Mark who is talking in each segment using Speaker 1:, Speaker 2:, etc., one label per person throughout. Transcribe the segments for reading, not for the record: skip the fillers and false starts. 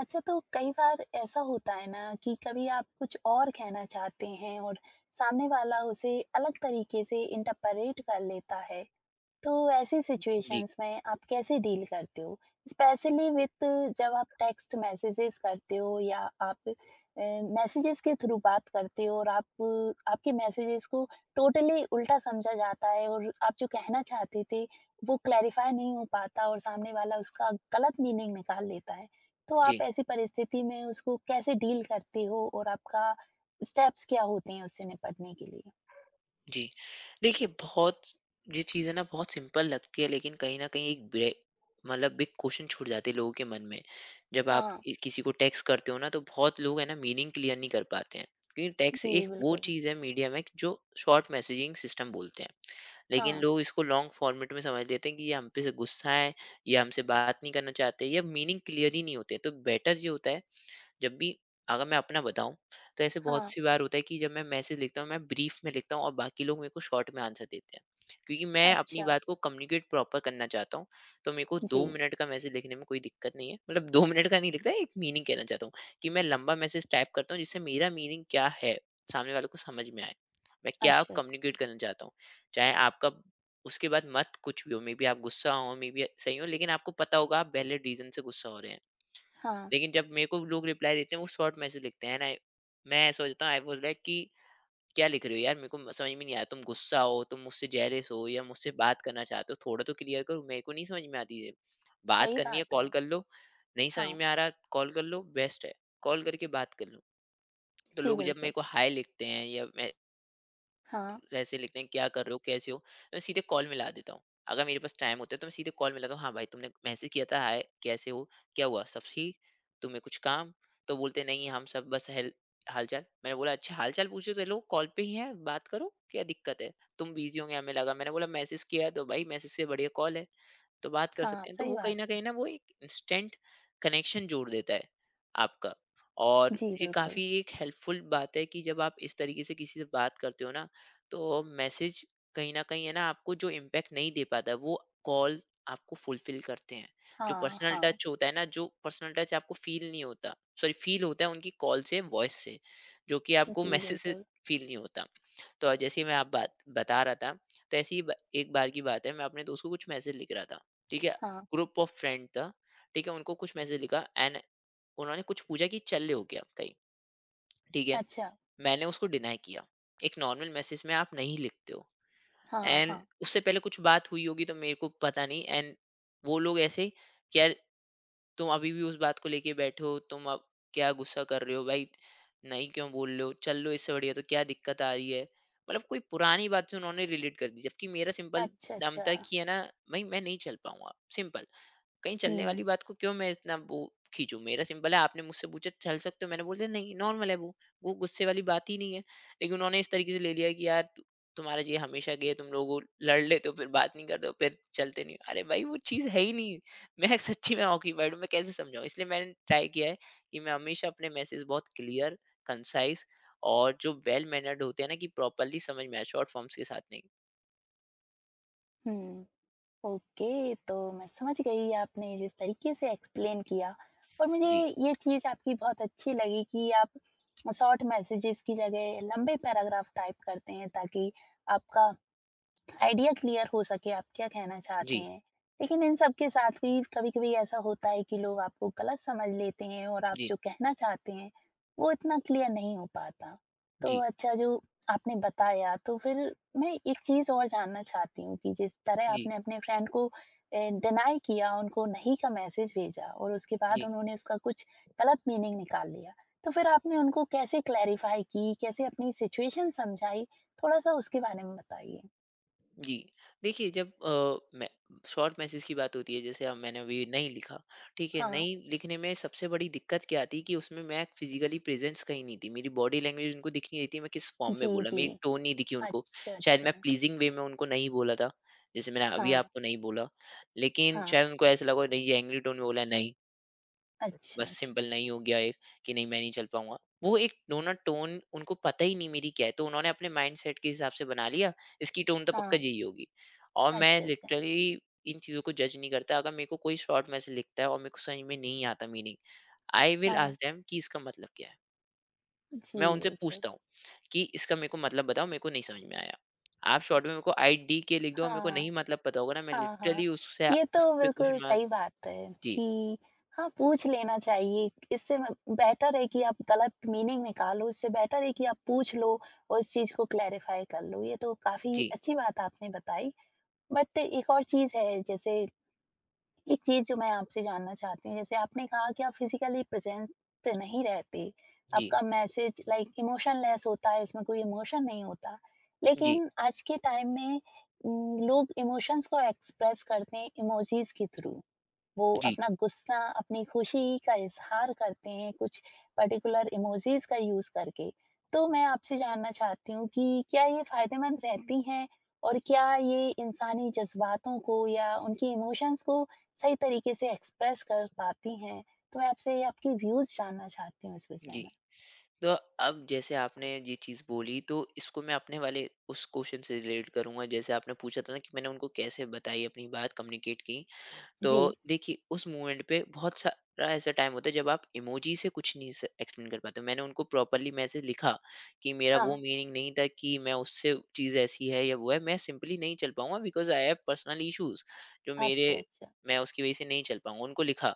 Speaker 1: अच्छा तो कई बार ऐसा होता है ना कि कभी आप कुछ और कहना चाहते हैं और सामने वाला उसे अलग तरीके से इंटरप्रेट कर लेता है तो ऐसी
Speaker 2: जी,
Speaker 1: सिचुएशंस में आप कैसे डील करते हो? स्पेशली विथ जब आप टेक्स्ट मैसेजेस करते हो या आप मैसेजेस के थ्रू बात करते हो और आप आपके मैसेजेस को टोटली उल्टा समझा जाता है और आप जो कहना चाहते थे वो क्लैरिफाई नहीं हो पाता और सामने वाला उसका गलत मीनिंग निकाल लेता है। तो आप
Speaker 2: जी,
Speaker 1: ऐसी परिस्थिति में उसको कैसे डील करते हो और आपका स्टेप्स क्या होते हैं उससे निपटने के लिए?
Speaker 2: जी। देखिए बहुत ये चीज़ है ना, बहुत सिंपल लगती है लेकिन कहीं न कहीं एक ब्रे मतलब बिग क्वेश्चन छूट जाते हैं लोगों के मन में। जब आप
Speaker 1: हाँ,
Speaker 2: ए किसी को टेक्स्ट करते हो ना तो बहुत लोग है ना मीनिंग क्लियर नहीं कर पाते हैं। क्योंकि टेक्स्ट
Speaker 1: जी
Speaker 2: एक वो
Speaker 1: बिल्कुल।
Speaker 2: चीज़ है मीडिया में जो शॉर्ट मैसेजिंग सिस्टम बोलते हैं। लेकिन
Speaker 1: हाँ,
Speaker 2: लोग इसको लॉन्ग फॉर्मेट में समझ लेते हैं कि ये हम पे से गुस्सा है, ये हमसे बात नहीं करना चाहते, या मीनिंग क्लियर ही नहीं होते। तो बेटर ये होता है, जब भी, अगर मैं अपना बताऊं तो ऐसे बहुत
Speaker 1: हाँ,
Speaker 2: सी बार होता है कि जब मैं मैसेज लिखता हूँ मैं ब्रीफ में लिखता हूँ और बाकी लोग मेरे को शॉर्ट में आंसर देते हैं क्योंकि मैं अपनी
Speaker 1: अच्छा।
Speaker 2: बात को कम्युनिकेट प्रॉपर करना चाहता हूँ। तो मेरे को दो
Speaker 1: जी,
Speaker 2: मिनट का मैसेज लिखने में कोई दिक्कत नहीं है, मतलब 2 मिनट का नहीं लिखता, एक मीनिंग कहना चाहता हूँ कि मैं लंबा मैसेज टाइप करता हूँ जिससे मेरा मीनिंग क्या है सामने वाले को समझ में आए, मैं क्या
Speaker 1: अच्छा,
Speaker 2: कम्युनिकेट
Speaker 1: अच्छा।
Speaker 2: करना चाहता हूँ। चाहे आपका उसके बाद मत कुछ भी हो, मे बी आप गुस्सा हो, मे बी सही हो, लेकिन आपको पता होगा आप पहले रीजन से गुस्सा हो रहे हैं।
Speaker 1: हाँ,
Speaker 2: लेकिन जब मेरे को लोग रिप्लाई देते हैं वो शॉर्ट मैसेज लिखते हैं एंड आई, मैं सोचता हूँ आई वाज लाइक कि क्या लिख रहे हो यार, मेरे को समझ में नहीं आया, तुम गुस्सा हो, तुम मुझसे जेलस हो, या मुझसे बात करना चाहते हो, थोड़ा तो क्लियर करो, मेरे को नहीं समझ में आती। ये बात
Speaker 1: सही
Speaker 2: करनी है
Speaker 1: बात है।
Speaker 2: कॉल कर लो, नहीं समझ
Speaker 1: हाँ,
Speaker 2: में आ रहा कॉल कर लो, बेस्ट है कॉल करके बात कर लो। तो
Speaker 1: जी
Speaker 2: लोग जब मेरे
Speaker 1: बिल्कुल।
Speaker 2: को हाय लिखते हैं या
Speaker 1: हाँ,
Speaker 2: ऐसे लिखते हैं क्या कर रहे हो कैसे हो, तो मैं सीधे कॉल मिला देता हूँ। अगर मेरे पास टाइम होता है तो मैं सीधे कॉल मिलाता हूँ, हाँ भाई तुमने मैसेज किया था, हाय कैसे हो, क्या हुआ, सब ठीक, तुम्हें कुछ काम, तो बोलते नहीं, हम सब बस हेल हालचाल, मैंने बोला अच्छा हालचाल पूछ रहे हो तो लोग कॉल पे ही है बात करो क्या दिक्कत है, तुम बिजी होंगे हमें लगा, मैंने बोला मैसेज किया है तो भाई मैसेज से बढ़िया कॉल है तो बात कर
Speaker 1: हाँ,
Speaker 2: सकते हैं। तो
Speaker 1: सही
Speaker 2: वो कहीं
Speaker 1: बात
Speaker 2: न
Speaker 1: है।
Speaker 2: कहीं ना वो एक इंस्टेंट कनेक्शन जोड़ देता है आपका। और
Speaker 1: जी
Speaker 2: ये
Speaker 1: बिल्कुल।
Speaker 2: काफ़ी एक हेल्पफुल बात है कि जब आप इस तरीके से किसी से बात करते हो ना, तो मैसेज कहीं न कहीं है ना आपको जो इम्पैक्ट नहीं दे पाता है, वो कॉल आपको फुलफ़िल करते हैं। जो
Speaker 1: हाँ,
Speaker 2: पर्सनल
Speaker 1: हाँ,
Speaker 2: टच होता है ना, जो पर्सनल टच आपको फ़ील नहीं होता, सॉरी फ़ील होता है उनकी कॉल से, वॉइस से, जो कि आपको
Speaker 1: जी
Speaker 2: मैसेज से
Speaker 1: बिल्कुल।
Speaker 2: फ़ील नहीं होता। तो जैसे ही मैं आप बात बता रहा था, तो ऐसी ही ब एक बार की बात है, मैं अपने दोस्त को कुछ मैसेज लिख रहा था। ठीक है,
Speaker 1: हाँ,
Speaker 2: ग्रुप ऑफ फ्रेंड था, ठीक है उनको कुछ मैसेज लिखा एंड उन्होंने कुछ पूछा कि चल ले हो गया कहीं, ठीक है,
Speaker 1: अच्छा,
Speaker 2: मैंने उसको डिनाई किया, एक नॉर्मल मैसेज में आप नहीं लिखते हो,
Speaker 1: हाँ,
Speaker 2: एंड
Speaker 1: हाँ,
Speaker 2: उससे पहले कुछ बात हुई होगी तो मेरे को पता नहीं, एंड वो लोग ऐसे कि यार तुम अभी भी उस बात को लेके बैठे हो, तुम अब क्या गुस्सा कर रहे हो भाई, नहीं क्यों बोल रहे हो चल लो इससे बढ़िया, तो क्या दिक्कत आ रही है, मतलब कोई पुरानी बात से उन्होंने रिलेट कर दी, जबकि मेरा सिंपल
Speaker 1: अच्छा,
Speaker 2: दम
Speaker 1: अच्छा।
Speaker 2: था कि है ना भाई मैं नहीं चल पाऊंगा सिंपल, कहीं चलने
Speaker 1: हुँ,
Speaker 2: वाली बात को क्यों मैं इतना वो खींचूं, मेरा सिंपल है आपने मुझसे पूछा चल सकते हो मैंने बोल दिया नहीं, नॉर्मल है वो गुस्से वाली बात ही नहीं है। लेकिन उन्होंने इस तरीके से ले लिया कि यार तुम्हारा ये हमेशा गए, तुम लोग लड़ लेते हो, फिर बात नहीं करते हो, फिर चलते नहीं हो। अरे भाई वो चीज़ है ही नहीं। मैं सच्ची में ऑक्यूपाइड हूँ, मैं कैसे समझाऊँ, इसलिए मैंने ट्राई किया है कि मैं हमेशा अपने मैसेज बहुत क्लियर, कंसाइज और जो वेल मैनर्ड होते हैं ना, कि प्रॉपरली समझ में आए, शॉर्ट फॉर्म्स के साथ नहीं।
Speaker 1: हुँ, ओके, तो मैं समझ गई आपने जिस तरीके से एक्सप्लेन किया और मुझे
Speaker 2: जी।
Speaker 1: ये चीज़ आपकी बहुत अच्छी लगी कि आप शॉर्ट मैसेजेस की जगह लंबे पैराग्राफ टाइप करते हैं ताकि आपका आइडिया क्लियर हो सके आप क्या कहना चाहते
Speaker 2: जी।
Speaker 1: हैं। लेकिन इन सब के साथ भी कभी-कभी ऐसा होता है कि लोग आपको गलत समझ लेते हैं और आप
Speaker 2: जी।
Speaker 1: जो कहना चाहते हैं, वो इतना क्लियर नहीं हो पाता। तो
Speaker 2: जी।
Speaker 1: अच्छा जो आपने बताया तो फिर मैं एक चीज़ और जानना चाहती हूँ कि जिस तरह
Speaker 2: जी।
Speaker 1: आपने अपने फ्रेंड को डिनाई किया, उनको नहीं का मैसेज भेजा और उसके बाद
Speaker 2: जी।
Speaker 1: उन्होंने उसका कुछ गलत मीनिंग निकाल लिया। तो फिर आपने उनको कैसे क्लैरिफ़ाई की, कैसे अपनी सिचुएशन समझाई? थोड़ा-सा उसके बारे में बताइए?
Speaker 2: जी। देखिए, जब मैं, शॉर्ट मैसेज की बात होती है जैसे अब मैंने अभी नहीं लिखा, ठीक है,
Speaker 1: हाँ।
Speaker 2: नहीं लिखने में सबसे बड़ी दिक्कत क्या आती कि उसमें मैं फिजिकली प्रेजेंस कहीं नहीं थी, मेरी बॉडी लैंग्वेज उनको दिख नहीं रही थी, मैं किस फॉर्म में
Speaker 1: जी,
Speaker 2: बोला,
Speaker 1: जी।
Speaker 2: मेरी टोन नहीं दिखी उनको।
Speaker 1: अच्छा,
Speaker 2: शायद मैं
Speaker 1: अच्छा।
Speaker 2: प्लीजिंग वे में उनको नहीं बोला था, जैसे मैंने अभी
Speaker 1: हाँ,
Speaker 2: आपको नहीं बोला, लेकिन
Speaker 1: हाँ।
Speaker 2: शायद उनको ऐसा लगा नहीं, ये एंग्री टोन में बोला है, नहीं,
Speaker 1: अच्छा,
Speaker 2: बस
Speaker 1: अच्छा।
Speaker 2: सिंपल नहीं हो गया एक कि नहीं मैं नहीं चल पाऊंगा, वो एक दोनों टोन उनको पता ही नहीं मेरी क्या है, तो उन्होंने अपने माइंड सेट के हिसाब से बना लिया, इसकी टोन तो पक्का
Speaker 1: हाँ।
Speaker 2: यही होगी। और मैं
Speaker 1: अच्छा, अच्छा।
Speaker 2: लिटरली इन चीज़ों को जज नहीं करता, अगर मेरे को कोई शॉर्ट मैसेज लिखता है और मेरे को समझ में नहीं आता मीनिंग, आई विल
Speaker 1: हाँ।
Speaker 2: आस्क देम कि इसका मतलब क्या है,
Speaker 1: जी,
Speaker 2: मैं उनसे
Speaker 1: बिल्कुल।
Speaker 2: पूछता हूँ कि इसका मेरे को मतलब बताओ, मेरे को नहीं समझ में आया, आप शॉर्ट में मेरे को आई डी के लिख दो और मेरे को नहीं
Speaker 1: हाँ,
Speaker 2: मतलब पता होगा ना, मैं
Speaker 1: हाँ, हाँ।
Speaker 2: लिटरली उससे
Speaker 1: ये
Speaker 2: उस
Speaker 1: तो
Speaker 2: पे
Speaker 1: बिल्कुल
Speaker 2: क्वेश्चन मार्क।
Speaker 1: सही बात है
Speaker 2: जी।
Speaker 1: कि हाँ, पूछ लेना चाहिए। इससे म बेटर है कि आप गलत मीनिंग निकालो, इससे बेटर है कि आप पूछ लो और इस चीज़ को क्लैरिफ़ाई कर लो। ये तो काफ़ी
Speaker 2: जी।
Speaker 1: अच्छी बात आपने बताई। बट एक और चीज़ है जैसे एक चीज़ जो मैं आपसे जानना चाहती हूँ, जैसे आपने कहा कि आप फिज़िकली प्रेज़ेंट नहीं रहते,
Speaker 2: जी।
Speaker 1: आपका मैसेज लाइक इमोशनलेस होता है, इसमें कोई इमोशन नहीं होता।
Speaker 2: जी।
Speaker 1: लेकिन आज के टाइम में लोग इमोशंस को एक्सप्रेस करते हैं इमोजीज़ के थ्रू। वो
Speaker 2: जी।
Speaker 1: अपना गुस्सा, अपनी खुशी का इज़हार करते हैं कुछ पर्टिकुलर इमोजीज़ का यूज़ करके। तो मैं आपसे जानना चाहती हूँ कि क्या ये फ़ायदेमंद रहती हैं? और क्या ये इंसानी जज़्बातों को या उनकी इमोशंस को सही तरीके से एक्सप्रेस कर पाती हैं? तो मैं आपसे आपके व्यूज़ जानना चाहती हूँ इस विषय
Speaker 2: जी।
Speaker 1: में।
Speaker 2: तो अब जैसे आपने ये चीज़ बोली, तो इसको मैं अपने वाले उस क्वेश्चन से रिलेट करूंगा, जैसे आपने पूछा था ना कि मैंने उनको कैसे बताई, अपनी बात कम्युनिकेट की। तो
Speaker 1: जी,
Speaker 2: देखिए उस मोमेंट पे बहुत सारा ऐसा टाइम होता है जब आप इमोजी से कुछ नहीं एक्सप्लेन कर पाते हो। मैंने उनको प्रॉपरली मैसेज लिखा कि मेरा
Speaker 1: हाँ।
Speaker 2: वो मीनिंग नहीं था कि मैं उससे चीज़ ऐसी है या वो है, मैं सिंपली नहीं चल पाऊंगा because I have personal issues जो मेरे,
Speaker 1: अच्छा, अच्छा।
Speaker 2: मैं उसकी वजह से नहीं चल पाऊंगा, उनको लिखा,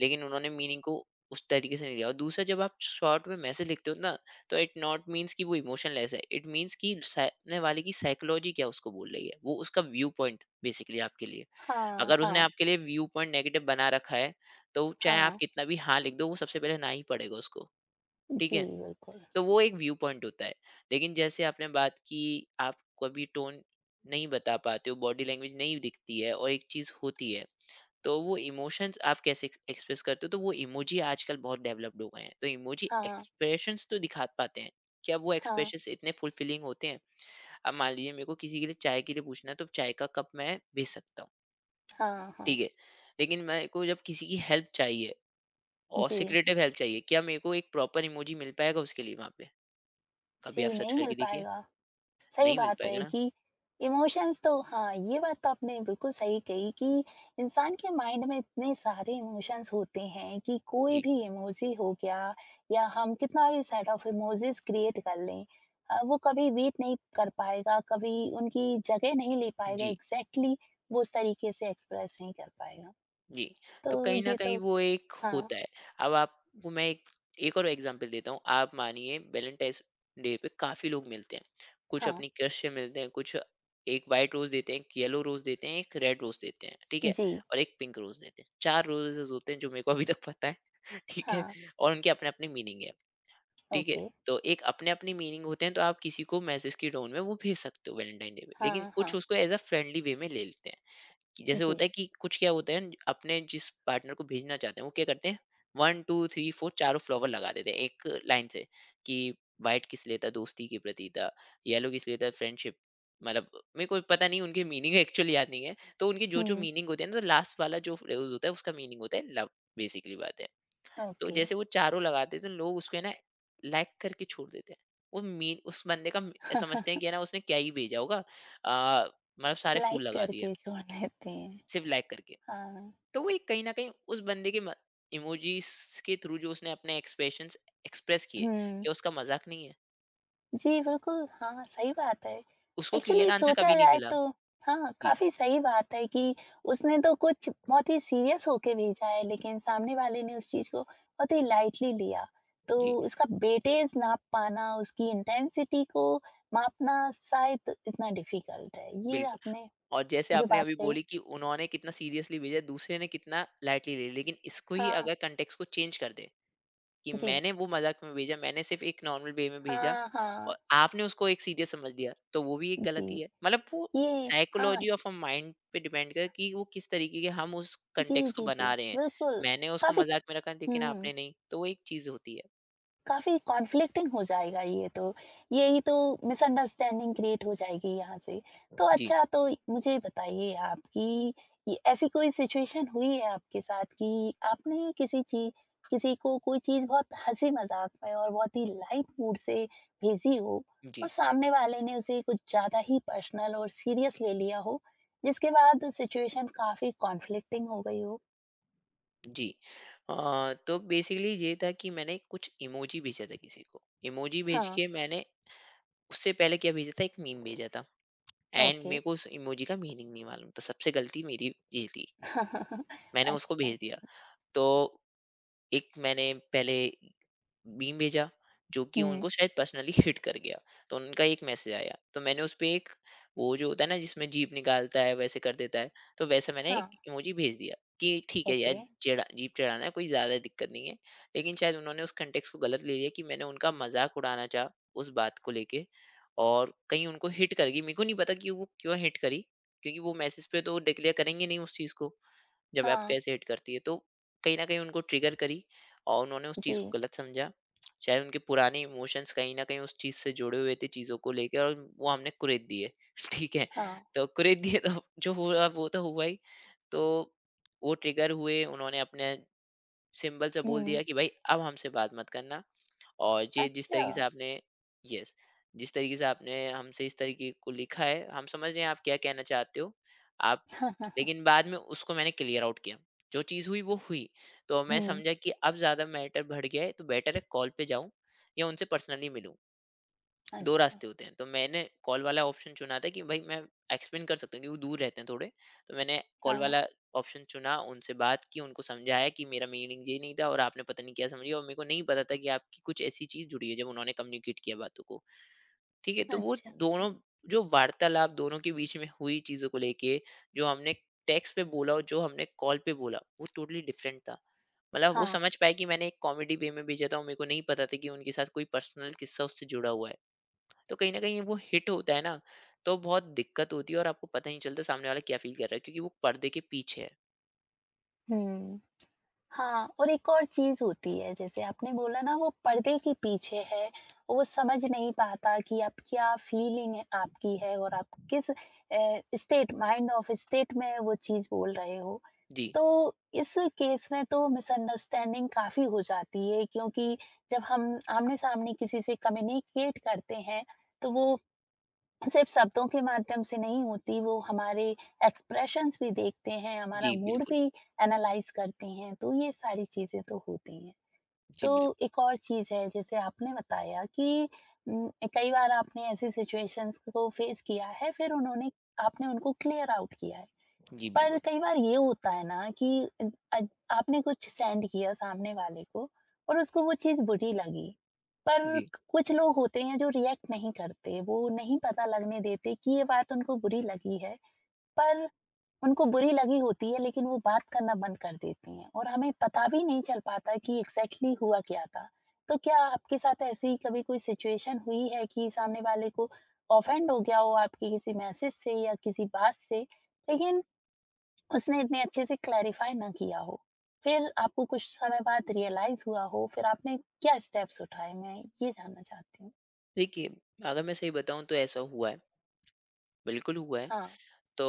Speaker 2: लेकिन उन्होंने मीनिंग को उस तरीके से नहीं लिया। और दूसरा जब आप शॉर्ट में मैसेज लिखते हो ना, तो इट नॉट मीन्स कि वो इमोशनलेस है, इट मीन्स कि सामने वाले की साइकोलॉजी क्या उसको बोल रही है, वो उसका व्यू पॉइंट बेसिकली आपके लिए,
Speaker 1: हाँ,
Speaker 2: अगर उसने
Speaker 1: हाँ,
Speaker 2: आपके लिए व्यू पॉइंट नेगेटिव बना रखा है, तो चाहे आप
Speaker 1: हाँ।
Speaker 2: कितना भी हाँ लिख दो, वो सबसे पहले ना ही पढ़ेगा उसको, ठीक
Speaker 1: जी,
Speaker 2: है?
Speaker 1: बिल्कुल।
Speaker 2: तो वो एक व्यू पॉइंट होता है। लेकिन जैसे आपने बात की, आप कभी टोन नहीं बता पाते हो, बॉडी लैंग्वेज नहीं दिखती है और एक चीज़ होती है, तो वो इमोशंस आप कैसे एक्सप्रेस करते हो? तो वो इमोजी आजकल बहुत डेवलप्ड हो गए हैं, तो इमोजी
Speaker 1: हाँ,
Speaker 2: एक्सप्रेशंस तो दिखा पाते हैं। क्या वो
Speaker 1: हाँ,
Speaker 2: एक्सप्रेशंस इतने फुलफिलिंग होते हैं? अब मान लीजिए मेरे को किसी के लिए चाय के लिए पूछना है, तो चाय का कप मैं भेज सकता हूँ,
Speaker 1: हाँ, हाँ।
Speaker 2: ठीक है। लेकिन मेरे को जब किसी की हेल्प चाहिए और
Speaker 1: जी,
Speaker 2: सिक्रेटिव हेल्प चाहिए, क्या मेरे को एक प्रॉपर इमोजी मिल पाएगा उसके लिए वहाँ पे? कभी आप
Speaker 1: जी,
Speaker 2: सर्च
Speaker 1: नहीं मिल
Speaker 2: करके देखिए,
Speaker 1: पाएगा। सही
Speaker 2: नहीं मिल
Speaker 1: बात है
Speaker 2: पाएगा ना।
Speaker 1: कि इमोशंस तो हाँ, ये बात तो आपने बिल्कुल सही कही कि इंसान के माइंड में इतने सारे इमोशंस होते हैं कि कोई
Speaker 2: जी।
Speaker 1: भी इमोजी हो गया या हम कितना भी सेट ऑफ इमोजीज क्रिएट कर लें वो कभी वेट नहीं कर पाएगा, कभी उनकी जगह नहीं ले पाएगा
Speaker 2: जी।
Speaker 1: एग्जैक्टली exactly वो उस तरीके से एक्सप्रेस नहीं कर पाएगा।
Speaker 2: जी। तो
Speaker 1: तो
Speaker 2: कहीं ना
Speaker 1: ये
Speaker 2: कहीं
Speaker 1: तो
Speaker 2: वो एक
Speaker 1: हाँ,
Speaker 2: होता है, अब आपको मैं एक एक और एग्जांपल देता हूँ। आप मानिए वैलेंटाइंस डे पे काफी लोग मिलते हैं, कुछ
Speaker 1: हाँ,
Speaker 2: अपनी क्रश से मिलते हैं, कुछ एक वाइट रोज देते हैं, एक येलो रोज देते हैं, एक रेड रोज देते हैं, ठीक है,
Speaker 1: जी,
Speaker 2: और एक पिंक रोज देते हैं, चार रोजेस होते हैं जो मेरे को अभी तक पता है। ठीक है,
Speaker 1: हाँ,
Speaker 2: और उनके अपने अपने मीनिंग है, ठीक है,
Speaker 1: ओके,
Speaker 2: तो एक अपने अपने मीनिंग होते हैं, तो आप किसी को मैसेज की टोन में वो भेज सकते हो वैलेंटाइन डे पे, लेकिन
Speaker 1: हाँ,
Speaker 2: कुछ
Speaker 1: हाँ,
Speaker 2: उसको एज अ फ्रेंडली वे में ले लेते हैं, कि जैसे
Speaker 1: जी,
Speaker 2: होता है कि कुछ क्या होता है न, अपने जिस पार्टनर को भेजना चाहते हैं वो क्या करते हैं, वन टू थ्री फोर चारों फ्लावर लगा देते हैं एक लाइन से, कि वाइट किस लिए था, दोस्ती के प्रति था, येलो किस लिए था फ्रेंडशिप, मतलब मेरे को पता नहीं उनकी मीनिंग एक्चुअली याद नहीं है, तो उनकी जो जो
Speaker 1: हुँ,
Speaker 2: मीनिंग होती है ना, तो लास्ट वाला जो फ्रेज होता है उसका मीनिंग होता है लव, बेसिकली बात है। तो
Speaker 1: ओके।
Speaker 2: जैसे वो चारों लगाते हैं तो लोग उसको है ना लाइक करके छोड़ देते हैं। वो मीन उस बंदे का म समझते हैं कि है ना उसने क्या ही भेजा होगा, अ, मतलब सारे फूल
Speaker 1: लाइक
Speaker 2: लगा दिए,
Speaker 1: करके छोड़ देते हैं।
Speaker 2: सिर्फ लाइक करके।
Speaker 1: हाँ,
Speaker 2: तो वो एक कहीं न कहीं उस बंदे के म इमोजीज़ के थ्रू जो उसने अपने एक्सप्रेशंस एक्सप्रेस किए,
Speaker 1: हुँ।
Speaker 2: क्या उसका मज़ाक नहीं है?
Speaker 1: जी, बिल्कुल, हाँ, सही बात है।
Speaker 2: उसको क्लियर
Speaker 1: एक्चुअली
Speaker 2: आंसर
Speaker 1: सोचा
Speaker 2: कभी नहीं
Speaker 1: जाए
Speaker 2: मिला।
Speaker 1: तो हाँ,
Speaker 2: जी,
Speaker 1: काफ़ी सही बात है कि उसने तो कुछ बहुत ही सीरियस होके भेजा है, लेकिन सामने वाले ने उस चीज़ को बहुत ही लाइटली लिया। तो
Speaker 2: जी,
Speaker 1: उसका वेटेज नाप पाना, उसकी इंटेंसिटी को मापना शायद इतना डिफ़िकल्ट है। ये
Speaker 2: बिल्कुल।
Speaker 1: आपने
Speaker 2: और जैसे
Speaker 1: जो
Speaker 2: आपने
Speaker 1: बात
Speaker 2: अभी
Speaker 1: कही
Speaker 2: बोली कि उन्होंने कितना सीरियसली भेजा, दूसरे ने कितना लाइटली ले लिया, लेकिन इसको ही
Speaker 1: हाँ,
Speaker 2: अगर कॉन्टेक्स्ट को चेंज कर दें, कि
Speaker 1: जी।
Speaker 2: मैंने वो मज़ाक में भेजा, मैंने सिर्फ़ एक नॉर्मल वे में भेजा
Speaker 1: हाँ,
Speaker 2: और
Speaker 1: हाँ।
Speaker 2: आपने उसको एक सीरियस समझ लिया, तो वो भी एक
Speaker 1: जी,
Speaker 2: गलती है। मतलब वो
Speaker 1: ये हाँ,
Speaker 2: साइकोलॉजी ऑफ अ माइंड पे डिपेंड करे कि वो किस तरीके के हम उस
Speaker 1: जी,
Speaker 2: कॉन्टेक्स्ट को
Speaker 1: जी, जी,
Speaker 2: बना रहे हैं।
Speaker 1: बिल्कुल।
Speaker 2: मैंने उसको
Speaker 1: काफ़ी
Speaker 2: मज़ाक में रखा लेकिन
Speaker 1: हुँ,
Speaker 2: आपने नहीं, तो वो एक चीज़ होती है।
Speaker 1: काफ़ी कॉन्फ्लिक्टिंग हो जाएगा ये तो। यही तो मिसअंडरस्टैंडिंग क्रिएट हो जाएगी यहाँ से। तो
Speaker 2: जी,
Speaker 1: अच्छा तो मुझे बताइए आप कि ये ऐसी कोई सिचुएशन हुई है आपके साथ कि आपने किसी चीज़ किसी को कोई चीज़ बहुत हँसी-मज़ाक में और बहुत ही लाइट मूड से भेजी हो
Speaker 2: जी,
Speaker 1: और सामने वाले ने उसे कुछ ज़्यादा ही पर्सनल और सीरियस ले लिया हो, जिसके बाद सिचुएशन काफ़ी कॉन्फ्लिक्टिंग हो गई हो?
Speaker 2: जी। तो बेसिकली ये था कि मैंने कुछ इमोजी भेजा था किसी को। इमोजी भेज
Speaker 1: हाँ,
Speaker 2: के मैंने उससे पहले क्या भेजा था, एक मीम भेजा था, एंड
Speaker 1: ओके।
Speaker 2: मेरे को उस इमोजी का मीनिंग नहीं मालूम था। सबसे गलती मेरी ये थी, मैंने उसको
Speaker 1: अच्छा,
Speaker 2: भेज दिया।
Speaker 1: अच्छा।
Speaker 2: तो एक मैंने पहले मीम भेजा जो कि
Speaker 1: हुँ,
Speaker 2: उनको शायद पर्सनली हिट कर गया। तो उनका एक मैसेज आया, तो मैंने उसपे एक वो जो होता है ना जिसमें जीभ निकालता है वैसे कर देता है, तो वैसे मैंने
Speaker 1: हाँ,
Speaker 2: एक इमोजी भेज दिया कि ठीक है यार,
Speaker 1: ओके।
Speaker 2: चिढ़ा, जीभ चिढ़ाना है, कोई ज़्यादा दिक्कत नहीं है। लेकिन शायद उन्होंने उस कॉन्टेक्स्ट को गलत ले लिया कि मैंने उनका मज़ाक उड़ाना चाहा उस बात को लेके, और कहीं उनको हिट कर गई। मेरे को नहीं पता कि वो क्यों हिट करी, क्योंकि वो मैसेज पे तो डिक्लेयर करेंगे नहीं उस चीज़ को। जब आपको
Speaker 1: हाँ,
Speaker 2: ऐसे हिट करती है, तो कहीं न कहीं उनको ट्रिगर करी और उन्होंने उस चीज़ को
Speaker 1: जी,
Speaker 2: गलत समझा। शायद उनके पुराने इमोशंस कहीं न कहीं उस चीज़ से जुड़े हुए थे, चीज़ों को लेके, और वो हमने कुरेद दिए। ठीक है?
Speaker 1: हाँ,
Speaker 2: तो कुरेद दिए तो जो हुआ वो तो हुआ ही। तो वो ट्रिगर हुए, उन्होंने अपने सिंपल सा बोल
Speaker 1: हुँ,
Speaker 2: दिया कि भाई अब हमसे बात मत करना। और ये जिस
Speaker 1: अच्छा।
Speaker 2: तरीके से आपने यस जिस तरीके से आपने हमसे इस तरीके को लिखा है, हम समझ रहे हैं आप क्या कहना चाहते हो। आप लेकिन बाद में उसको मैंने क्लियर आउट किया, जो चीज़ हुई वो हुई। तो मैं
Speaker 1: हुँ,
Speaker 2: समझा कि अब ज़्यादा मैटर बढ़ गया है, तो बेटर है कॉल पे जाऊं या उनसे पर्सनली मिलूं। 2
Speaker 1: अच्छा,
Speaker 2: रास्ते होते हैं, तो मैंने कॉल वाला ऑप्शन चुना था कि भाई मैं एक्सप्लेन कर सकता हूँ, क्योंकि वो दूर रहते हैं थोड़े। तो मैंने कॉल
Speaker 1: हाँ,
Speaker 2: वाला ऑप्शन चुना, उनसे बात की, उनको समझाया कि मेरा मीनिंग ये नहीं था और आपने पता नहीं क्या समझी, और मेरे को नहीं पता था कि आपकी कुछ ऐसी चीज़ जुड़ी है, जब उन्होंने कम्युनिकेट किया बातों को। ठीक है, तो वो
Speaker 1: अच्छा, अच्छा,
Speaker 2: दोनों जो वार्तालाप दोनों के बीच में हुई चीज़ों को लेके, जो हमने टेक्स्ट पे बोला और जो हमने कॉल पे बोला, वो टोटली डिफरेंट था। मतलब वो
Speaker 1: हाँ,
Speaker 2: समझ पाए कि मैंने एक कॉमेडी वे में भेजा था, और मेरे को नहीं पता था कि उनके साथ कोई पर्सनल किस्सा उससे जुड़ा हुआ है। तो कहीं न कहीं वो हिट होता है ना, तो बहुत दिक्कत होती है, और आपको पता ही नहीं चलता सामने वाला क्या फ़ील कर रहा है, क्योंकि वो पर्दे के पीछे है।
Speaker 1: हुँ, हाँ और एक और चीज़ होती है, जैसे आपने बोला ना वो पर्दे के पीछे है, वो समझ नहीं पाता कि अब क्या फीलिंग आपकी है और आप किस स्टेट माइंड ऑफ स्टेट में वो चीज़ बोल रहे हो।
Speaker 2: जी,
Speaker 1: तो इस केस में तो मिसअंडरस्टैंडिंग काफ़ी हो जाती है क्योंकि जब हम आमने-सामने किसी से कम्युनिकेट करते हैं, तो वो सिर्फ़ शब्दों के माध्यम से नहीं होती, वो हमारे एक्सप्रेशंस भी देखते हैं, हमारा
Speaker 2: जी
Speaker 1: मूड
Speaker 2: बिल्कुल।
Speaker 1: भी एनालाइज़ करते हैं, तो ये सारी चीज़ें तो होती हैं।
Speaker 2: जी
Speaker 1: तो
Speaker 2: बिल्कुल,
Speaker 1: एक और चीज़ है जैसे आपने बताया कि उम, कई बार आपने ऐसी सिचुएशंस को फेस किया है, फिर उन्होंने आपने उनको क्लियर आउट किया है।
Speaker 2: जी
Speaker 1: पर
Speaker 2: बिल्कुल।
Speaker 1: कई बार ये होता है ना कि अ अ, आपने कुछ सेंड किया सामने वाले को और उसको वो चीज़ बुरी लगी। पर
Speaker 2: जी,
Speaker 1: कुछ लोग होते हैं जो रिएक्ट नहीं करते, वो नहीं पता लगने देते कि ये बात उनको बुरी लगी है, पर उनको बुरी लगी होती है लेकिन वो बात करना बंद कर देती हैं और हमें पता भी नहीं चल पाता कि एग्ज़ैक्टली हुआ क्या था। तो क्या आपके साथ ऐसी कभी कोई सिचुएशन हुई है कि सामने वाले को ऑफेंड हो गया हो आपके किसी मैसेज से या किसी बात से, लेकिन उसने इतने अच्छे से क्लैरिफ़ाई ना किया हो। फिर आपको कुछ समय बाद रियलाइज़ हुआ हो, फिर आपने क्या स्टेप्स उठाए? मैं ये जानना चाहती हूँ।
Speaker 2: देखिए, अगर मैं सही बताऊँ तो ऐसा हुआ है, बिल्कुल हुआ है।
Speaker 1: हाँ,
Speaker 2: तो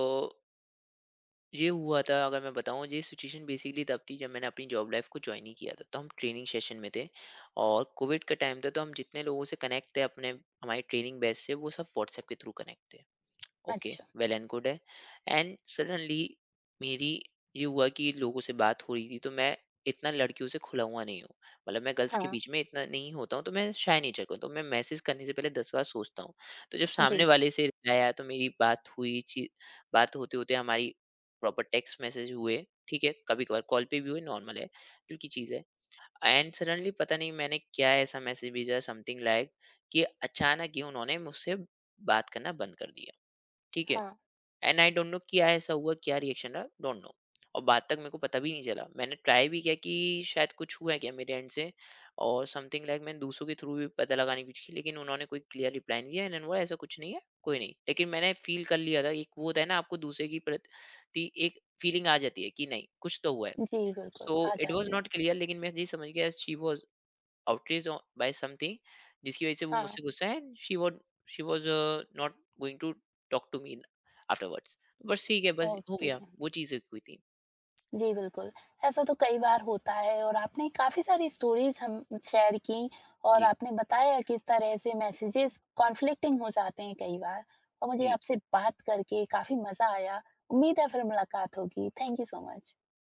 Speaker 2: ये हुआ था, अगर मैं बताऊँ, ये सिचुएशन बेसिकली तब थी जब मैंने अपनी जॉब लाइफ़ को जॉइन ही किया था। तो हम ट्रेनिंग सेशन में थे, और कोविड का टाइम था, तो हम जितने लोगों से कनेक्ट थे, अपने हमारी ट्रेनिंग बैच से, वो सब व्हाट्सएप के थ्रू कनेक्ट थे। ओके,
Speaker 1: अच्छा।
Speaker 2: वेल एंड गुड है, एंड सडनली मेरी ये हुआ कि लोगों से बात हो रही थी। तो मैं इतना लड़कियों से खुला हुआ नहीं हूँ, मतलब मैं गर्ल्स के
Speaker 1: हाँ,
Speaker 2: बीच में इतना नहीं होता हूँ, तो मैं शाय नेचर का हूँ, तो मैं मैसेज करने से पहले दस बार सोचता हूँ। तो जब सामने
Speaker 1: जी।
Speaker 2: वाले से reply आया, तो मेरी बात हुई चीज बात होते होते हमारी प्रॉपर टेक्स्ट मैसेज हुए। ठीक है, कभी कभार कॉल पे भी हुए, नॉर्मल है, जो की चीज़ है। एंड सडनली पता नहीं मैंने क्या ऐसा मैसेज भेजा, समथिंग लाइक, कि अचानक ही उन्होंने मुझसे बात करना बंद कर दिया। ठीक है,
Speaker 1: हाँ,
Speaker 2: एंड आई डोंट नो क्या ऐसा हुआ, क्या रिएक्शन रहा, डोंट नो। और बाद तक मेरे को पता भी नहीं चला। मैंने ट्राई भी किया कि शायद कुछ हुआ है क्या मेरे एंड से, और समथिंग लाइक मैंने दूसरों के थ्रू भी पता लगाने की कोशिश की, लेकिन उन्होंने कोई क्लियर रिप्लाई नहीं दिया। इन्होंने बोला ऐसा कुछ नहीं है, कोई नहीं। लेकिन मैंने फील कर लिया था, एक वो होता है ना, आपको दूसरे की प्रति एक फीलिंग आ जाती है कि नहीं, कुछ तो हुआ है।
Speaker 1: जी, बिल्कुल,
Speaker 2: सो
Speaker 1: आ
Speaker 2: इट वाज़
Speaker 1: जाती
Speaker 2: नॉट
Speaker 1: है।
Speaker 2: क्लियर, लेकिन मैं ये समझ गया, she was outraged by something, जिसकी वजह से वो
Speaker 1: हाँ,
Speaker 2: मुझसे गुस्सा है। She was she was not going to talk to me afterwards. बस, ठीक है, बस हो
Speaker 1: ओके।
Speaker 2: गया, वो चीज़ हुई थी।
Speaker 1: जी, बिल्कुल। ऐसा तो कई बार होता है और आपने काफ़ी सारी स्टोरीज़ हम शेयर की और
Speaker 2: जी,
Speaker 1: आपने बताया किस तरह से मैसेजेज़ कॉन्फ्लिक्टिंग हो जाते हैं कई बार और मुझे
Speaker 2: जी
Speaker 1: आपसे बात करके काफ़ी मज़ा आया। उम्मीद है फिर मुलाकात होगी। Thank you so much.